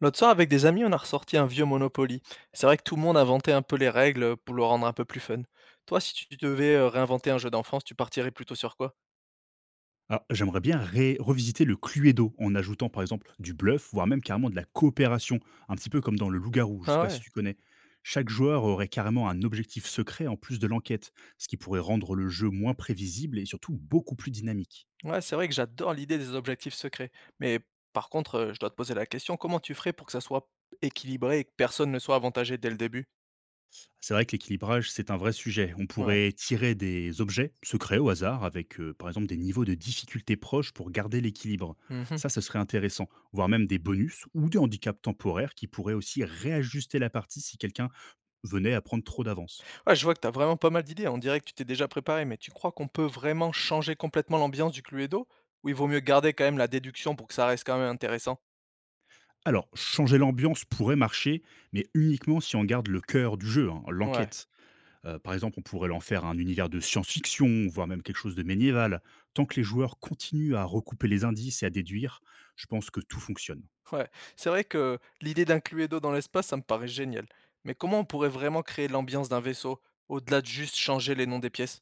L'autre soir, avec des amis, on a ressorti un vieux Monopoly. C'est vrai que tout le monde inventait un peu les règles pour le rendre un peu plus fun. Toi, si tu devais réinventer un jeu d'enfance, tu partirais plutôt sur quoi? Alors, j'aimerais bien revisiter le Cluedo en ajoutant par exemple du bluff, voire même carrément de la coopération, un petit peu comme dans le Loup-garou, je ne sais Ah pas si ouais, tu connais. Chaque joueur aurait carrément un objectif secret en plus de l'enquête, ce qui pourrait rendre le jeu moins prévisible et surtout beaucoup plus dynamique. ouais, c'est vrai que j'adore l'idée des objectifs secrets. Mais par contre, je dois te poser la question, comment tu ferais pour que ça soit équilibré et que personne ne soit avantagé dès le début? C'est vrai que l'équilibrage, c'est un vrai sujet. On Ouais. pourrait tirer des objets secrets au hasard avec par exemple des niveaux de difficulté proches pour garder l'équilibre. Mhm. Ça, ce serait intéressant, voire même des bonus ou des handicaps temporaires qui pourraient aussi réajuster la partie si quelqu'un venait à prendre trop d'avance. Ouais, je vois que t'as vraiment pas mal d'idées. On dirait que tu t'es déjà préparé, mais tu crois qu'on peut vraiment changer complètement l'ambiance du Cluedo? Ou il vaut mieux garder quand même la déduction pour que ça reste quand même intéressant? Alors, changer l'ambiance pourrait marcher, mais uniquement si on garde le cœur du jeu, hein, Ouais. l'enquête. Par exemple, on pourrait l'en faire un univers de science-fiction, voire même quelque chose de médiéval. Tant que les joueurs continuent à recouper les indices et à déduire, je pense que tout fonctionne. Ouais, c'est vrai que l'idée d'un Cluedo dans l'espace, ça me paraît génial. Mais comment on pourrait vraiment créer l'ambiance d'un vaisseau, au-delà de juste changer les noms des pièces?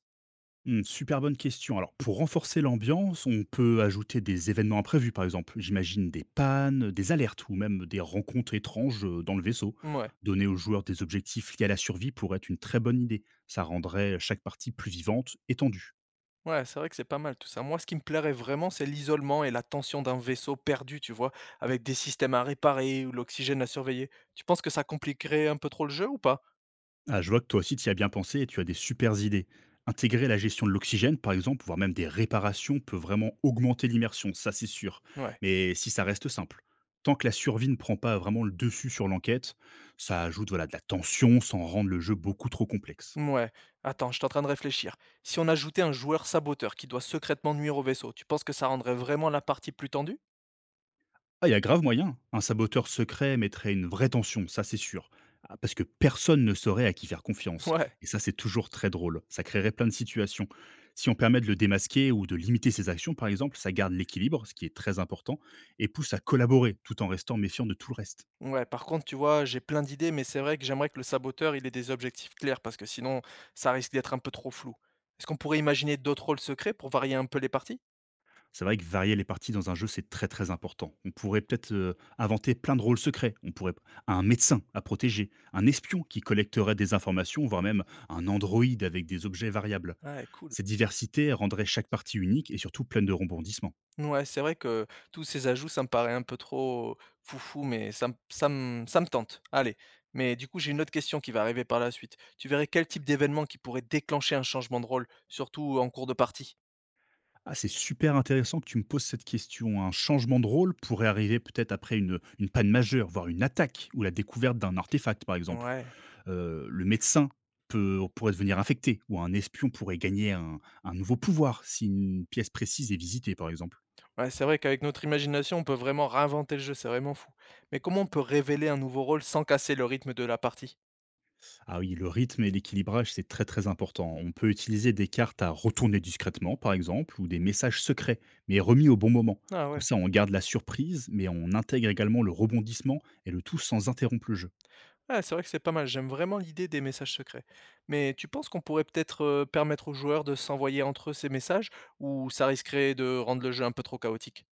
Mmh, super bonne question. Alors, pour renforcer l'ambiance, on peut ajouter des événements imprévus, par exemple. J'imagine des pannes, des alertes ou même des rencontres étranges dans le vaisseau. Ouais, Donner aux joueurs des objectifs liés à la survie pourrait être une très bonne idée. Ça rendrait chaque partie plus vivante et tendue. ouais, c'est vrai que c'est pas mal tout ça. Moi, ce qui me plairait vraiment, c'est l'isolement et la tension d'un vaisseau perdu, tu vois, avec des systèmes à réparer ou l'oxygène à surveiller. Tu penses que ça compliquerait un peu trop le jeu ou pas? Ah, je vois que toi aussi tu y as bien pensé et tu as des supers idées. Intégrer la gestion de l'oxygène, par exemple, voire même des réparations, peut vraiment augmenter l'immersion, ça c'est sûr. Ouais, Mais si ça reste simple, tant que la survie ne prend pas vraiment le dessus sur l'enquête, ça ajoute voilà, de la tension sans rendre le jeu beaucoup trop complexe. ouais. Attends, je suis en train de réfléchir. Si on ajoutait un joueur saboteur qui doit secrètement nuire au vaisseau, tu penses que ça rendrait vraiment la partie plus tendue? Ah, il y a grave moyen. Un saboteur secret mettrait une vraie tension, ça c'est sûr. Ah, parce que personne ne saurait à qui faire confiance. Ouais. Et ça, c'est toujours très drôle. Ça créerait plein de situations. Si on permet de le démasquer ou de limiter ses actions, par exemple, ça garde l'équilibre, ce qui est très important, et pousse à collaborer tout en restant méfiant de tout le reste. Ouais, par contre, tu vois, j'ai plein d'idées, mais c'est vrai que j'aimerais que le saboteur, il ait des objectifs clairs, parce que sinon, ça risque d'être un peu trop flou. Est-ce qu'on pourrait imaginer d'autres rôles secrets pour varier un peu les parties? C'est vrai que varier les parties dans un jeu, c'est très, très important. On pourrait peut-être, inventer plein de rôles secrets. On pourrait un médecin à protéger, un espion qui collecterait des informations, voire même un androïde avec des objets variables. Ouais, cool. Cette diversité rendrait chaque partie unique et surtout pleine de rebondissements. Ouais, c'est vrai que tous ces ajouts, ça me paraît un peu trop foufou, mais ça me tente. Allez. Mais du coup, j'ai une autre question qui va arriver par la suite. Tu verrais quel type d'événement qui pourrait déclencher un changement de rôle, surtout en cours de partie? Ah, c'est super intéressant que tu me poses cette question. Un changement de rôle pourrait arriver peut-être après une panne majeure, voire une attaque ou la découverte d'un artefact, par exemple. Ouais. Le médecin peut pourrait devenir infecté ou un espion pourrait gagner un nouveau pouvoir si une pièce précise est visitée, par exemple. Ouais, c'est vrai qu'avec notre imagination, on peut vraiment réinventer le jeu, c'est vraiment fou. Mais comment on peut révéler un nouveau rôle sans casser le rythme de la partie? Ah oui, le rythme et l'équilibrage, c'est très, très important. On peut utiliser des cartes à retourner discrètement, par exemple, ou des messages secrets, mais remis au bon moment. Ah Comme ouais. ça, on garde la surprise, mais on intègre également le rebondissement et le tout sans interrompre le jeu. Ouais, c'est vrai que c'est pas mal, j'aime vraiment l'idée des messages secrets. Mais tu penses qu'on pourrait peut-être permettre aux joueurs de s'envoyer entre eux ces messages, ou ça risquerait de rendre le jeu un peu trop chaotique?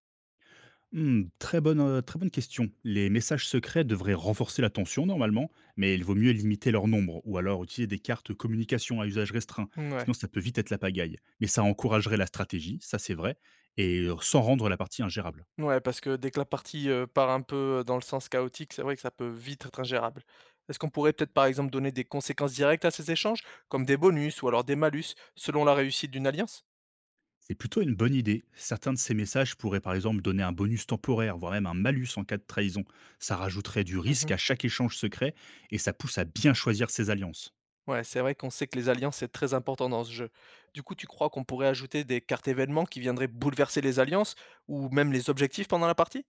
Hmm, très très bonne question. Les messages secrets devraient renforcer la tension normalement, mais il vaut mieux limiter leur nombre ou alors utiliser des cartes communication à usage restreint. Sinon, Ouais. ça peut vite être la pagaille. Mais ça encouragerait la stratégie, ça c'est vrai, et sans rendre la partie ingérable. Ouais, parce que dès que la partie part un peu dans le sens chaotique, c'est vrai que ça peut vite être ingérable. Est-ce qu'on pourrait peut-être par exemple donner des conséquences directes à ces échanges, comme des bonus ou alors des malus, selon la réussite d'une alliance? C'est plutôt une bonne idée. Certains de ces messages pourraient par exemple donner un bonus temporaire, voire même un malus en cas de trahison. Ça rajouterait du risque à chaque échange secret et ça pousse à bien choisir ses alliances. Ouais, c'est vrai qu'on sait que les alliances, c'est très important dans ce jeu. Du coup, tu crois qu'on pourrait ajouter des cartes événements qui viendraient bouleverser les alliances ou même les objectifs pendant la partie?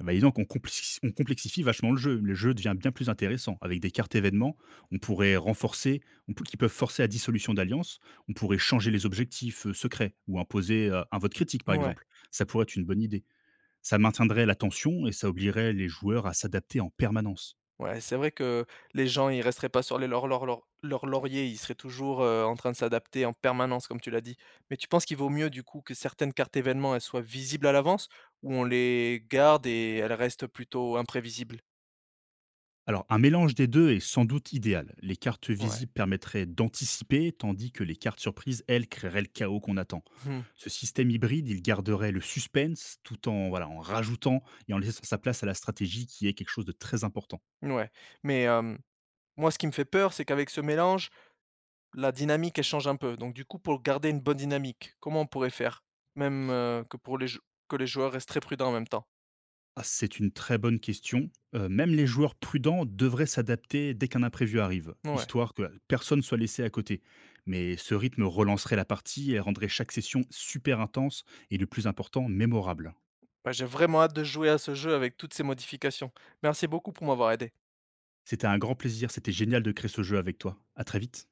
Eh ben, dis donc, on on complexifie vachement le jeu. Le jeu devient bien plus intéressant. Avec des cartes événements, on pourrait qui peuvent forcer à dissolution d'alliance. On pourrait changer les objectifs secrets ou imposer un vote critique, par Ouais, exemple. Ça pourrait être une bonne idée. Ça maintiendrait la tension et ça oblierait les joueurs à s'adapter en permanence. ouais, c'est vrai que les gens, ils resteraient pas sur les leur, leur, leur, leur laurier, ils seraient toujours en train de s'adapter en permanence, comme tu l'as dit. Mais tu penses qu'il vaut mieux, du coup, que certaines cartes événements, elles soient visibles à l'avance ou on les garde et elles restent plutôt imprévisibles? Alors, un mélange des deux est sans doute idéal. Les cartes Ouais. visibles permettraient d'anticiper, tandis que les cartes surprises, elles, créeraient le chaos qu'on attend. Hmm, Ce système hybride, il garderait le suspense tout en, voilà, en rajoutant et en laissant sa place à la stratégie qui est quelque chose de très important. ouais. Mais moi, ce qui me fait peur, c'est qu'avec ce mélange, la dynamique, elle change un peu. Donc du coup, pour garder une bonne dynamique, comment on pourrait faire? Même, que pour les jou que les joueurs restent très prudents en même temps. Ah, c'est une très bonne question. Même les joueurs prudents devraient s'adapter dès qu'un imprévu arrive, Ouais. histoire que personne soit laissé à côté. Mais ce rythme relancerait la partie et rendrait chaque session super intense et le plus important, mémorable. Bah, j'ai vraiment hâte de jouer à ce jeu avec toutes ces modifications. Merci beaucoup pour m'avoir aidé. C'était un grand plaisir, c'était génial de créer ce jeu avec toi. À très vite.